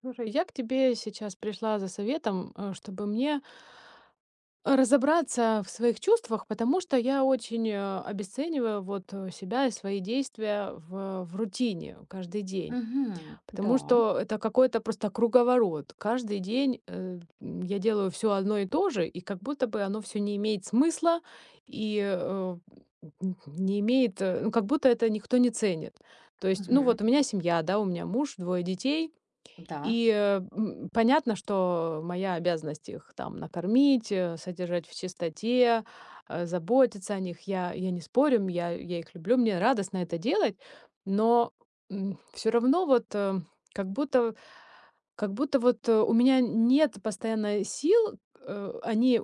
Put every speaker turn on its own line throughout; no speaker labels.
Слушай, я к тебе сейчас пришла за советом, чтобы мне разобраться в своих чувствах, потому что я очень обесцениваю вот себя и свои действия в рутине каждый день.
Мгм.
Потому
Да.
что это какой-то просто круговорот. Каждый день я делаю все одно и то же, и как будто бы оно все не имеет смысла и не имеет, ну, как будто это никто не ценит. То есть, ну
Мгм.
вот у меня семья, да, у меня муж, двое детей,
Да.
и понятно, что моя обязанность их там накормить, содержать в чистоте, заботиться о них. Я не спорю, я их люблю, мне радостно это делать, но, все равно вот, как будто как будто вот, у меня нет постоянно сил, э, они,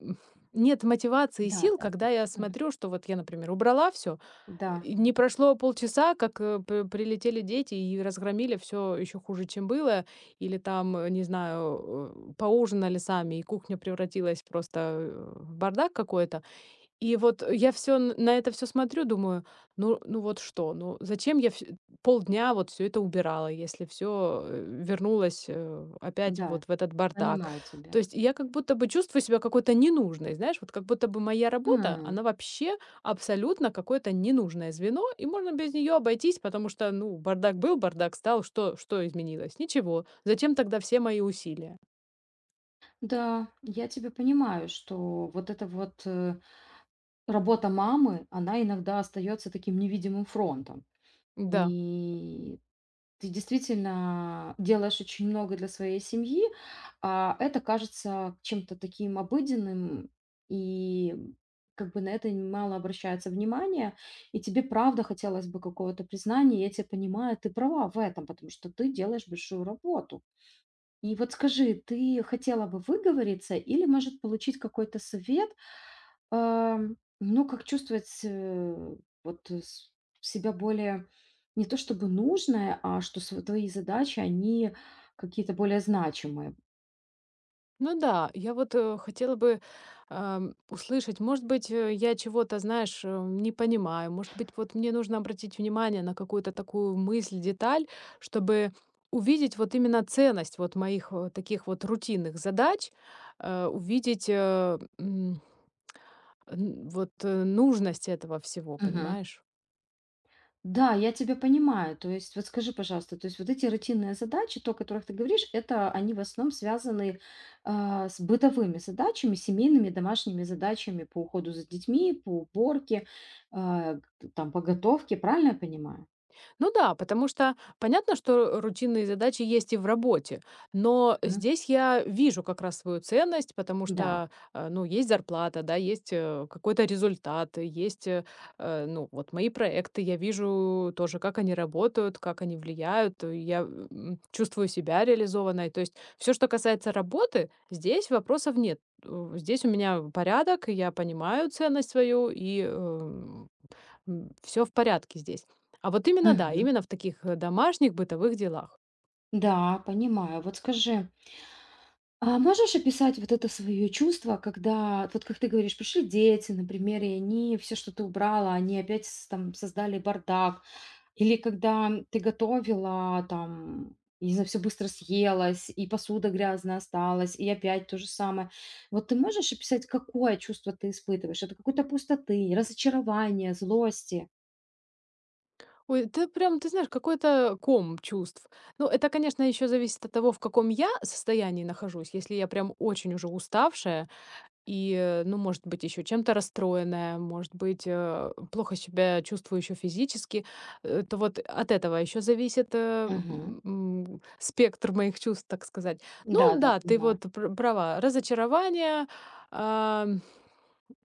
м, нет мотивации и сил,
Да-да-да.
когда я
Мгм.
смотрю, что вот я, например, убрала все.
Да,
И не прошло полчаса, как, э, п прилетели дети и разгромили все еще хуже, чем было. Или там, не знаю, поужинали сами, и кухня превратилась просто, в бардак какой-то. И вот я все на это все смотрю, думаю: "Ну вот что? Ну зачем я всё полдня вот все это убирала, если все вернулось, опять
да,
вот в
да.
этот бардак?"
Понимаю тебя.
То есть я как будто бы чувствую себя какой-то ненужной, знаешь, вот как будто бы моя работа,
М.
она вообще абсолютно какое-то ненужное звено, и можно без нее обойтись, потому что, ну, бардак был, бардак стал, что изменилось? Ничего. Зачем тогда все мои усилия?
Да, я тебя понимаю, что вот эта вот, работа мамы, она иногда остается таким невидимым фронтом.
Да.
И ты действительно делаешь очень много для своей семьи, а это кажется чем-то таким обыденным, и как бы на это мало обращается внимания, и тебе правда хотелось бы какого-то признания. Я тебя понимаю, ты права в этом, потому что ты делаешь большую работу. И вот скажи, ты хотела бы выговориться или, может, получить какой-то совет? Ну, как чувствовать, вот, э, с себя более не то чтобы нужное, а что св твои задачи, они какие-то более значимые.
Ну да, я вот, хотела бы, услышать, может быть, я чего-то, знаешь, не понимаю, может быть, вот мне нужно обратить внимание на какую-то такую мысль, деталь, чтобы увидеть вот именно ценность вот моих, таких вот рутинных задач, э, увидеть, э, м, н вот, э, нужность этого всего,
Мгм.
понимаешь?
Да, я тебя понимаю. То есть вот скажи, пожалуйста, то есть вот эти рутинные задачи, то, о которых ты говоришь, это они в основном связаны, с бытовыми задачами, семейными, домашними задачами по уходу за детьми, по уборке, а, г там, по готовке. Правильно я понимаю?
Ну да, потому что понятно, что рутинные задачи есть и в работе, но
Мгм.
здесь я вижу как раз свою ценность, потому
Да.
что, ну, есть зарплата, да, есть какой-то результат, есть, ну, вот мои проекты, я вижу тоже, как они работают, как они влияют, чувствую себя реализованной. То есть все, что касается работы, здесь вопросов нет. Здесь у меня порядок, я понимаю ценность свою, и все в порядке здесь. А вот именно, да, именно в таких, домашних бытовых делах.
Да, понимаю. Вот скажи, а можешь описать вот это свое чувство, когда, вот как ты говоришь, пришли дети, например, и они все, что ты убрала, они опять там создали бардак, или когда ты готовила, там, не знаю, все быстро съелось, и посуда грязная осталась, и опять то же самое. Вот ты можешь описать, какое чувство ты испытываешь? Это какой-то пустоты, разочарования, злости?
Ой, это прям, ты знаешь, какой-то ком чувств. Ну, это, конечно, еще зависит от того, в каком я состоянии нахожусь. Если я прям очень уже уставшая и, ну, может быть, еще чем-то расстроенная, может быть, плохо себя чувствую еще физически. То вот от этого еще зависит
Мгм.
спектр моих чувств, так сказать.
Да,
Ну
да,
да, ты
понимаю.
вот права. Разочарование, а, м,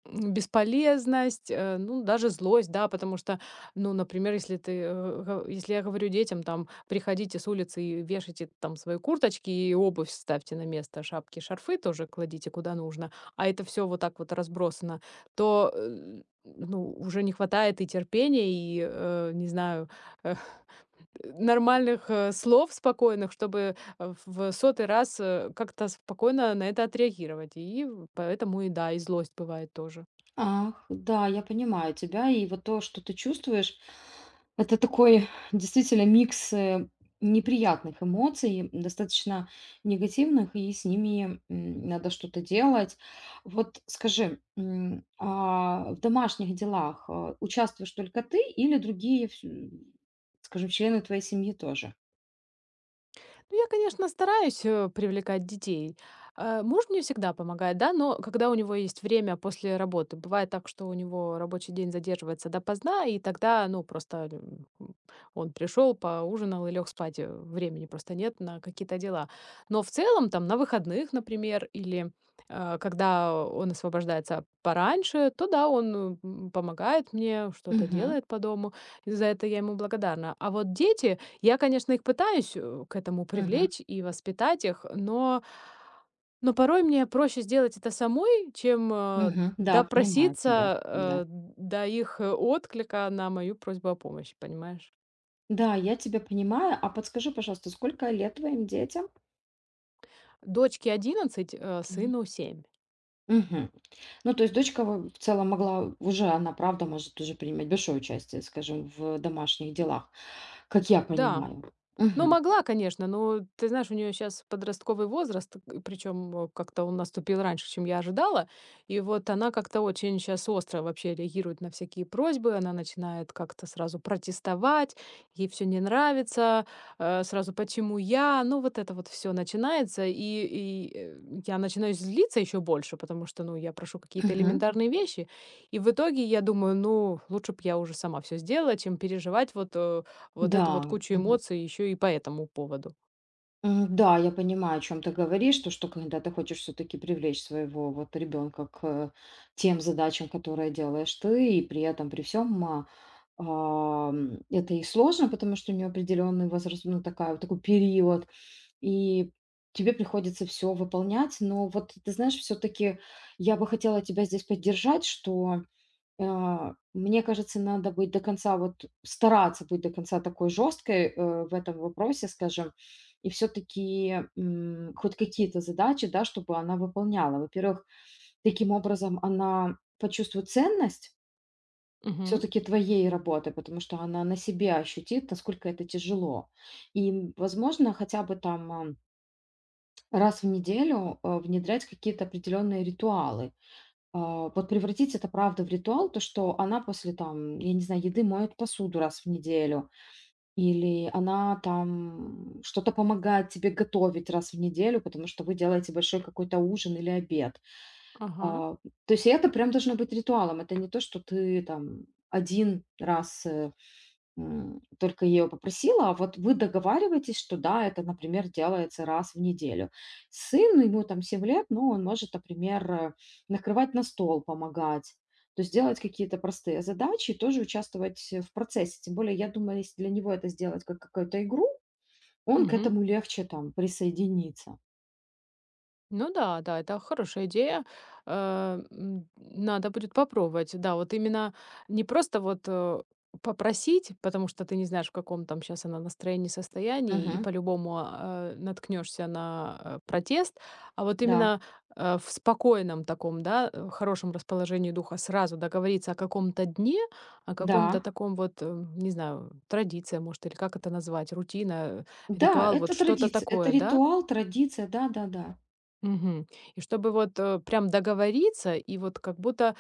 бесполезность, ну, даже злость, да, потому что, ну, например, если я говорю детям, там, приходите с улицы и вешайте там свои курточки и обувь ставьте на место, шапки, шарфы тоже кладите куда нужно, а это все вот так вот разбросано, то, ну, уже не хватает и терпения, и, не знаю, э, нормальных, слов спокойных, чтобы, в сотый раз, как-то спокойно на это отреагировать. И поэтому и да, и злость бывает тоже.
Ах, да, я понимаю тебя, и вот то, что ты чувствуешь, это такой действительно микс, неприятных эмоций, достаточно негативных, и с ними, надо что-то делать. Вот скажи, а в домашних делах, участвуешь только ты или другие, вс скажем, члены твоей семьи тоже?
Ну, я, конечно, стараюсь, привлекать детей. Муж мне всегда помогает, да, но когда у него есть время после работы. Бывает так, что у него рабочий день задерживается допоздна, и тогда, ну, просто, он пришел, поужинал и лег спать. Времени просто нет на какие-то дела. Но в целом, там, на выходных, например, или, когда он освобождается пораньше, то да, он, помогает мне, что-то
Мгм,
делает по дому. И за это я ему благодарна. А вот дети, я, конечно, их пытаюсь, к этому
мгм,
привлечь и воспитать их, но порой мне проще сделать это самой, чем
мгм. Да, понимаю тебя,
допроситься,
да.
до их, отклика на мою просьбу о помощи, понимаешь?
Да, я тебя понимаю. А подскажи, пожалуйста, сколько лет твоим детям?
Дочке 11, сыну 7.
Мгм. Ну, то есть дочка в целом могла уже, она правда может уже принимать большое участие, скажем, в домашних делах, как я
Да.
понимаю.
Ну,
Мгм.
могла, конечно, но ты знаешь, у нее сейчас подростковый возраст, причем как-то он наступил раньше, чем я ожидала. И вот она как-то очень сейчас остро вообще реагирует на всякие просьбы. Она начинает как-то сразу протестовать, ей все не нравится, сразу почему я, ну вот это вот все начинается. И я начинаю злиться еще больше, потому что, ну, я прошу какие-то
Мгм.
элементарные вещи. И в итоге я думаю, ну, лучше бы я уже сама все сделала, чем переживать вот эту вот
Да.
кучу
Мгм.
эмоций еще и по этому поводу.
М, да, я понимаю, о чем ты говоришь, то, что когда ты хочешь все-таки привлечь своего вот ребенка к тем задачам, которые делаешь ты, и при этом, при всем, это и сложно, потому что у нее определенный возраст, ну, такая, такой период, и тебе приходится все выполнять. Но вот ты знаешь, все таки я бы хотела тебя здесь поддержать, что, мне кажется, надо быть до конца, вот, стараться быть до конца такой жесткой в этом вопросе, скажем. И все таки хоть какие-то задачи, да, чтобы она выполняла. Во-первых, таким образом она почувствует ценность все
Мгм.
таки твоей работы, потому что она на себе ощутит, насколько это тяжело. И, возможно, хотя бы там, раз в неделю, внедрять какие-то определенные ритуалы. А, вот превратить это, правда, в ритуал, то, что она после, там, я не знаю, еды моет посуду раз в неделю, или она там что-то помогает тебе готовить раз в неделю, потому что вы делаете большой какой-то ужин или обед.
Ага.
А, то есть это прям должно быть ритуалом. Это не то, что ты там один раз, только ее попросила, а вот вы договариваетесь, что да, это, например, делается раз в неделю. Сын, ему там 7 лет, ну, он может, например, накрывать на стол, помогать. То есть делать какие-то простые задачи и тоже участвовать в процессе. Тем более, я думаю, если для него это сделать как какую-то игру, он к
Мгм.
этому легче там присоединится.
Ну да, да, это хорошая идея. Надо будет попробовать. Да, вот именно не просто попросить, потому что ты не знаешь, в каком там сейчас она настроении, состоянии, и
Мгм.
по-любому наткнешься на протест, а вот
Да,
именно в спокойном таком, да, хорошем расположении духа сразу договориться о каком-то дне, о каком-то
да,
таком вот, не знаю, традиция, может, или как это назвать, рутина, э,
да,
ритуал, вот
это
что-то
традиция, это
такое, да.
ритуал, традиция, да-да-да.
Мгм. И чтобы вот, прям договориться и вот как будто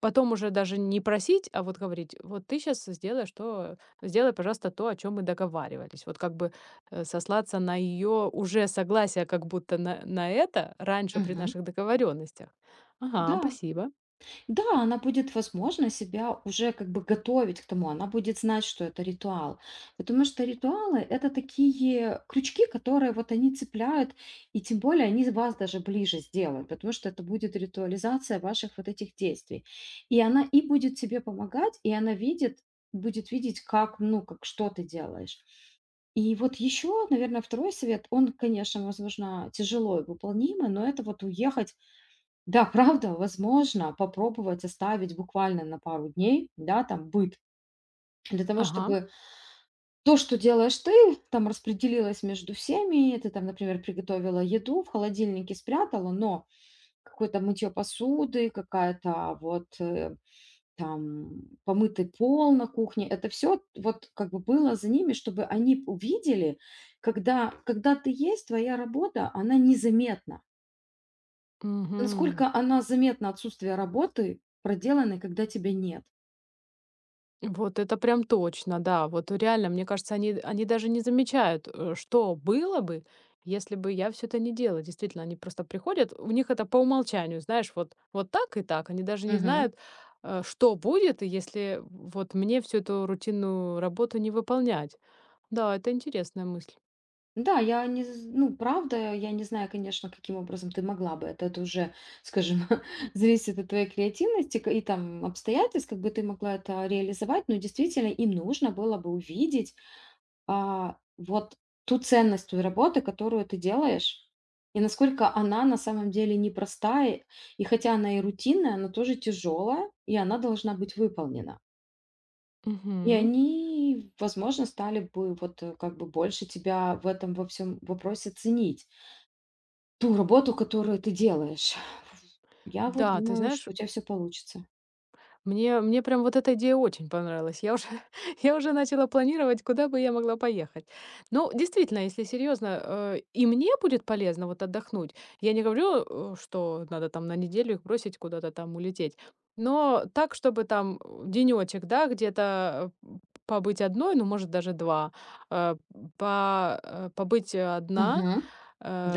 потом уже даже не просить, а вот говорить: "Вот ты сейчас сделай, что сделай, пожалуйста, то, о чем мы договаривались". Вот как бы, сослаться на ее уже согласие как будто на это раньше при
Мгм.
наших договоренностях. Ага,
Да.
спасибо.
Да, она будет, возможно, себя уже как бы готовить к тому, она будет знать, что это ритуал. Потому что ритуалы — это такие крючки, которые вот они цепляют, и тем более они вас даже ближе сделают, потому что это будет ритуализация ваших вот этих действий. И она и будет тебе помогать, и она видит, будет видеть, как, ну, как, что ты делаешь. И вот еще, наверное, второй совет, он, конечно, возможно, тяжело и выполнимый, но это вот уехать. Да, правда, возможно, попробовать оставить буквально на пару дней, да, там быт, для того,
Ага.
чтобы то, что делаешь ты, там распределилось между всеми. Ты там, например, приготовила еду, в холодильнике спрятала, но какое-то мытье посуды, какая-то вот, там помытый пол на кухне, это все вот как бы было за ними, чтобы они увидели, когда, когда ты есть, твоя работа, она незаметна.
Мгм.
Насколько она заметно отсутствие работы проделанной, когда тебя нет.
Вот это прям точно, да. Вот реально, мне кажется, они даже не замечают, что было бы, если бы я все это не делала. Действительно, они просто приходят, у них это по умолчанию, знаешь, вот, вот так и так. Они даже не
Мгм.
знают, что будет, если вот мне всю эту рутинную работу не выполнять. Да, это интересная мысль.
Да, я не, з- ну, правда, я не знаю, конечно, каким образом ты могла бы. Это уже, скажем, зависит от твоей креативности и там обстоятельств, как бы ты могла это реализовать. Но действительно, им нужно было бы увидеть, вот, ту ценность той работы, которую ты делаешь, и насколько она на самом деле непростая. И хотя она и рутинная, она тоже тяжелая, и она должна быть выполнена. И
Мгм.
они, возможно, стали бы вот, как бы больше тебя в этом во всем вопросе ценить. Ту работу, которую ты делаешь. Я вот
Да, ты
думаю,
знаешь,
что у тебя все получится.
мне прям вот эта идея очень понравилась. Я уже я уже начала планировать, куда бы я могла поехать. Ну, действительно, если серьезно, и мне будет полезно вот отдохнуть. Я не говорю, что надо там на неделю их бросить, куда-то там улететь. Но так, чтобы там денечек, да, где-то побыть одной, ну, может, даже 2, э, побыть одна,
Мгм.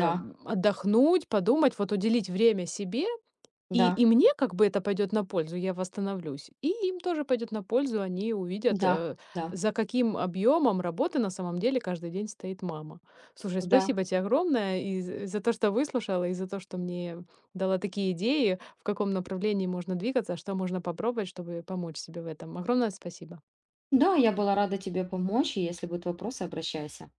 Да,
отдохнуть, подумать, вот уделить время себе, и и
да,
мне как бы это пойдет на пользу, я восстановлюсь, и им тоже пойдет на пользу. Они увидят,
да, да,
за каким объемом работы на самом деле каждый день стоит мама. Слушай,
да.
спасибо тебе огромное и з за то, что выслушала, и за то, что мне дала такие идеи, в каком направлении можно двигаться, а что можно попробовать, чтобы помочь себе в этом. Огромное спасибо.
Да, я была рада тебе помочь, и если будут вопросы, обращайся.